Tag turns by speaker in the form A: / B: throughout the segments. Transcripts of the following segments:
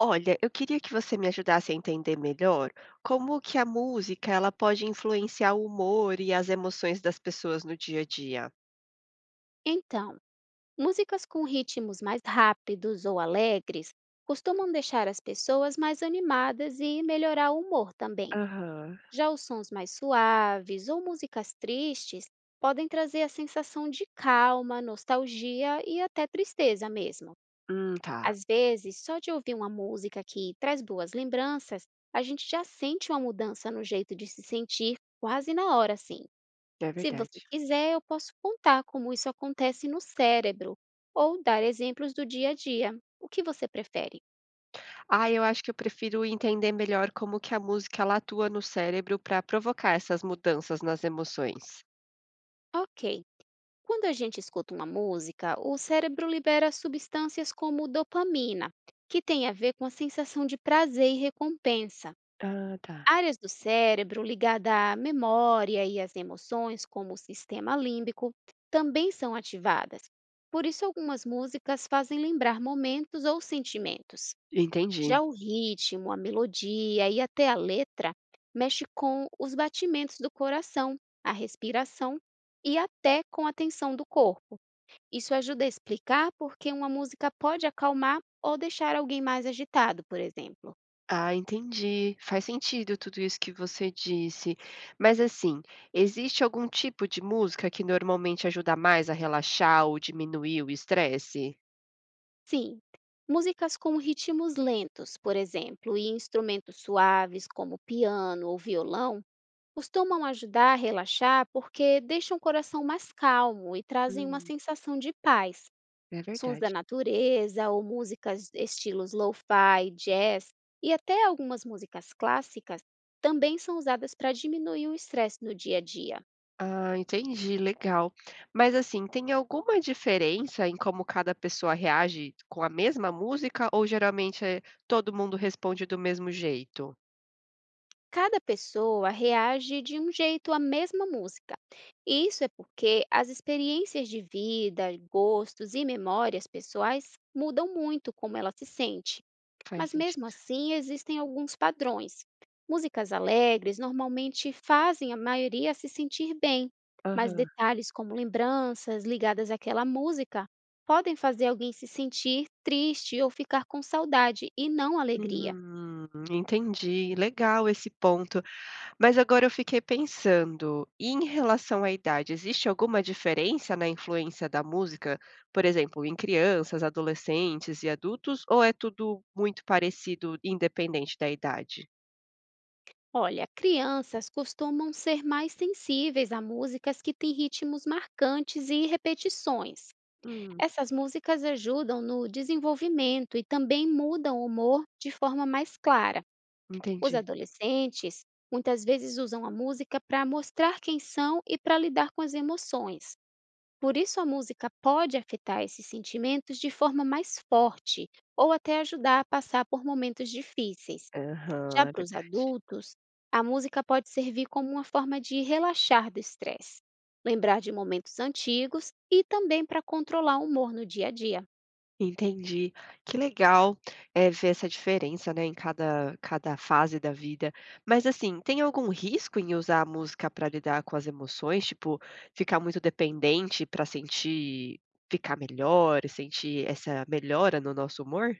A: Olha, eu queria que você me ajudasse a entender melhor como que a música ela pode influenciar o humor e as emoções das pessoas no dia a dia.
B: Então, músicas com ritmos mais rápidos ou alegres costumam deixar as pessoas mais animadas e melhorar o humor também.
A: Aham.
B: Já os sons mais suaves ou músicas tristes podem trazer a sensação de calma, nostalgia e até tristeza mesmo.
A: Tá,
B: Às vezes, só de ouvir uma música que traz boas lembranças, a gente já sente uma mudança no jeito de se sentir quase na hora, assim.
A: é
B: Se você
A: verdade.
B: quiser, eu posso contar como isso acontece no cérebro ou dar exemplos do dia a dia. O que você prefere?
A: Ah, eu acho que eu prefiro entender melhor como que a música ela atua no cérebro para provocar essas mudanças nas emoções.
B: Ok. Quando a gente escuta uma música, o cérebro libera substâncias como dopamina, que tem a ver com a sensação de prazer e recompensa.
A: Ah, tá.
B: Áreas do cérebro ligadas à memória e às emoções, como o sistema límbico, também são ativadas. Por isso, algumas músicas fazem lembrar momentos ou sentimentos.
A: Entendi.
B: Já o ritmo, a melodia e até a letra mexe com os batimentos do coração, a respiração e até com a tensão do corpo. Isso ajuda a explicar por que uma música pode acalmar ou deixar alguém mais agitado, por exemplo.
A: Ah, entendi. Faz sentido tudo isso que você disse. Mas assim, existe algum tipo de música que normalmente ajuda mais a relaxar ou diminuir o estresse?
B: Sim, músicas com ritmos lentos, por exemplo, e instrumentos suaves como piano ou violão costumam ajudar a relaxar porque deixam o coração mais calmo e trazem uma
A: Hum,
B: sensação de paz.
A: é
B: Sons da
A: verdade.
B: natureza ou músicas estilos lo-fi, jazz e até algumas músicas clássicas também são usadas para diminuir o estresse no dia a dia.
A: Ah, entendi, legal. Mas assim, tem alguma diferença em como cada pessoa reage com a mesma música ou geralmente todo mundo responde do mesmo jeito?
B: Cada pessoa reage de um jeito à mesma música. E isso é porque as experiências de vida, gostos e memórias pessoais mudam muito como ela se sente.
A: Faz
B: Mas mesmo
A: sentido.
B: assim existem alguns padrões. Músicas alegres normalmente fazem a maioria se sentir bem, mas
A: Aham.
B: detalhes como lembranças ligadas àquela música podem fazer alguém se sentir triste ou ficar com saudade e não alegria.
A: Entendi. Legal esse ponto. Mas agora eu fiquei pensando, e em relação à idade, existe alguma diferença na influência da música, por exemplo, em crianças, adolescentes e adultos, ou é tudo muito parecido, independente da idade?
B: Olha, crianças costumam ser mais sensíveis a músicas que têm ritmos marcantes e repetições.
A: Hum,
B: Essas músicas ajudam no desenvolvimento e também mudam o humor de forma mais clara. Os
A: entendi.
B: adolescentes muitas vezes usam a música para mostrar quem são e para lidar com as emoções. Por isso, a música pode afetar esses sentimentos de forma mais forte ou até ajudar a passar por momentos difíceis.
A: Aham,
B: Já para os adultos, a música pode servir como uma forma de relaxar do estresse, lembrar de momentos antigos e também para controlar o humor no dia a dia.
A: Entendi. Que legal, é ver essa diferença, né, em cada fase da vida. Mas, assim, tem algum risco em usar a música para lidar com as emoções? Tipo, ficar muito dependente para sentir ficar melhor e sentir essa melhora no nosso humor?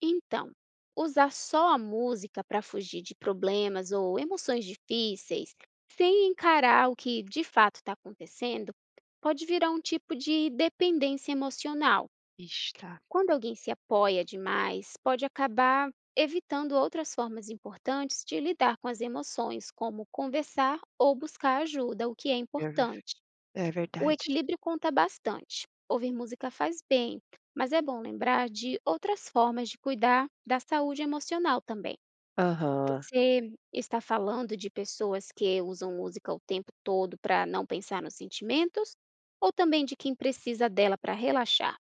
B: Então, usar só a música para fugir de problemas ou emoções difíceis, sem encarar o que de fato está acontecendo, pode virar um tipo de dependência emocional.
A: Ixi, tá.
B: Quando alguém se apoia demais, pode acabar evitando outras formas importantes de lidar com as emoções, como conversar ou buscar ajuda, o que é
A: É
B: importante.
A: é
B: O
A: verdade.
B: equilíbrio conta bastante. Ouvir música faz bem, mas é bom lembrar de outras formas de cuidar da saúde emocional também.
A: Aham.
B: Você está falando de pessoas que usam música o tempo todo para não pensar nos sentimentos, ou também de quem precisa dela para relaxar?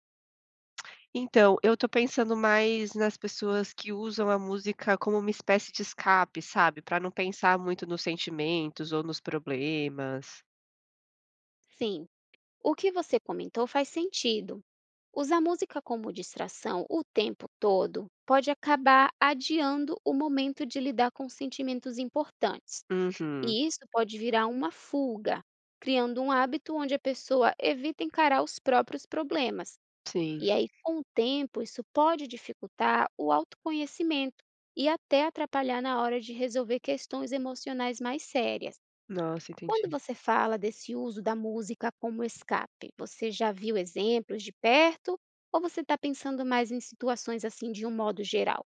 A: Então, eu tô pensando mais nas pessoas que usam a música como uma espécie de escape, sabe, para não pensar muito nos sentimentos ou nos problemas.
B: Sim, o que você comentou faz sentido. Usar música como distração o tempo todo pode acabar adiando o momento de lidar com sentimentos importantes.
A: Uhum,
B: E isso pode virar uma fuga, criando um hábito onde a pessoa evita encarar os próprios problemas.
A: sim.
B: E aí, com o tempo, isso pode dificultar o autoconhecimento e até atrapalhar na hora de resolver questões emocionais mais sérias.
A: Nossa,
B: Quando
A: entendi.
B: você fala desse uso da música como escape, você já viu exemplos de perto ou você está pensando mais em situações assim de um modo geral?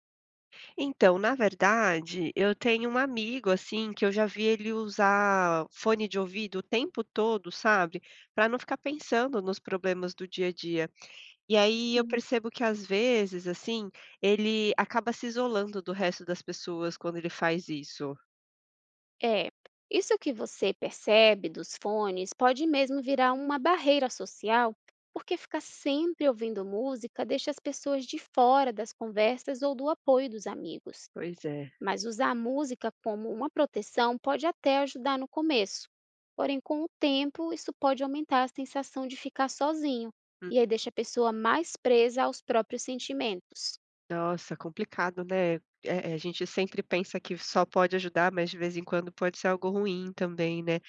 A: Então, na verdade, eu tenho um amigo, assim, que eu já vi ele usar fone de ouvido o tempo todo, sabe, para não ficar pensando nos problemas do dia a dia. E aí eu
B: Sim.
A: percebo que, às vezes, assim, ele acaba se isolando do resto das pessoas quando ele faz isso.
B: É, isso que você percebe dos fones pode mesmo virar uma barreira social, porque ficar sempre ouvindo música deixa as pessoas de fora das conversas ou do apoio dos amigos.
A: Pois é.
B: Mas usar a música como uma proteção pode até ajudar no começo. Porém, com o tempo, isso pode aumentar a sensação de ficar sozinho,
A: Hum,
B: e aí deixa a pessoa mais presa aos próprios sentimentos.
A: nossa, complicado, né. A gente sempre pensa que só pode ajudar, mas de vez em quando pode ser algo ruim também, né.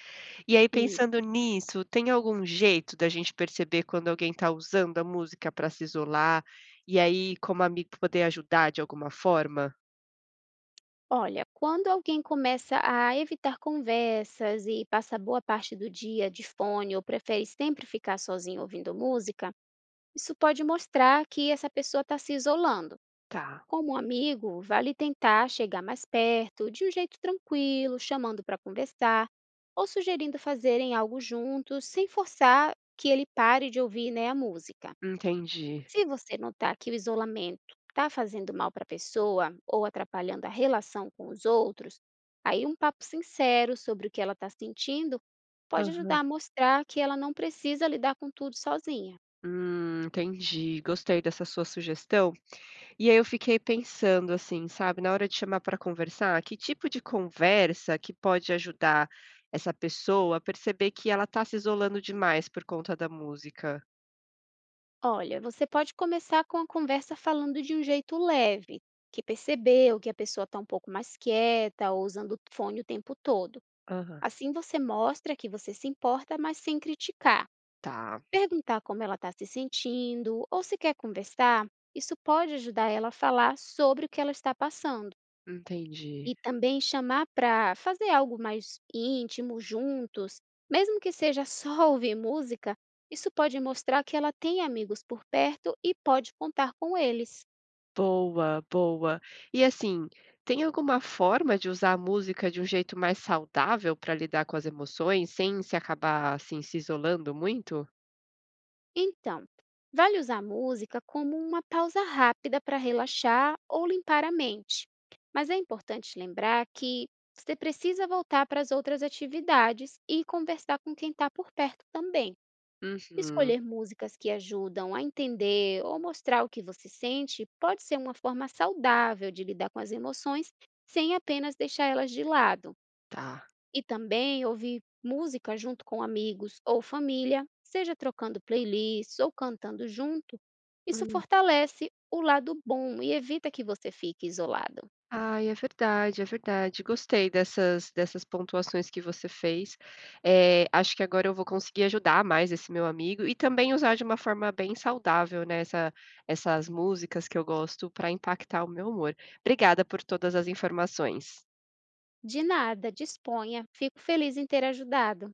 A: E aí pensando nisso, tem algum jeito da gente perceber quando alguém está usando a música para se isolar, e aí como amigo poder ajudar de alguma forma?
B: Olha, quando alguém começa a evitar conversas e passa boa parte do dia de fone ou prefere sempre ficar sozinho ouvindo música, isso pode mostrar que essa pessoa está se isolando.
A: Tá,
B: Como amigo, vale tentar chegar mais perto, de um jeito tranquilo, chamando para conversar ou sugerindo fazerem algo juntos, sem forçar que ele pare de ouvir, né, a música.
A: entendi.
B: Se você notar que o isolamento está fazendo mal para a pessoa ou atrapalhando a relação com os outros, aí um papo sincero sobre o que ela está sentindo pode
A: Aham.
B: ajudar a mostrar que ela não precisa lidar com tudo sozinha.
A: Entendi, gostei dessa sua sugestão. E aí eu fiquei pensando assim, sabe, na hora de chamar para conversar, que tipo de conversa que pode ajudar essa pessoa a perceber que ela está se isolando demais por conta da música?
B: Olha, você pode começar com a conversa falando de um jeito leve, que percebeu que a pessoa está um pouco mais quieta ou usando o fone o tempo todo.
A: Aham,
B: Assim você mostra que você se importa, mas sem criticar.
A: tá,
B: Perguntar como ela está se sentindo ou se quer conversar, isso pode ajudar ela a falar sobre o que ela está passando.
A: entendi.
B: E também chamar para fazer algo mais íntimo juntos, mesmo que seja só ouvir música, isso pode mostrar que ela tem amigos por perto e pode contar com eles.
A: Boa, boa. E assim, tem alguma forma de usar a música de um jeito mais saudável para lidar com as emoções, sem se acabar assim se isolando muito?
B: Então, vale usar a música como uma pausa rápida para relaxar ou limpar a mente. Mas é importante lembrar que você precisa voltar para as outras atividades e conversar com quem está por perto também.
A: Uhum,
B: Escolher músicas que ajudam a entender ou mostrar o que você sente pode ser uma forma saudável de lidar com as emoções sem apenas deixar elas de lado.
A: tá.
B: E também ouvir música junto com amigos ou família, seja trocando playlists ou cantando junto, isso
A: Hum.
B: fortalece o lado bom e evita que você fique isolado.
A: Ai, é verdade, é verdade. Gostei dessas pontuações que você fez. Acho que agora eu vou conseguir ajudar mais esse meu amigo e também usar de uma forma bem saudável, né, essas músicas que eu gosto para impactar o meu humor. Obrigada por todas as informações.
B: De nada, disponha, fico feliz em ter ajudado.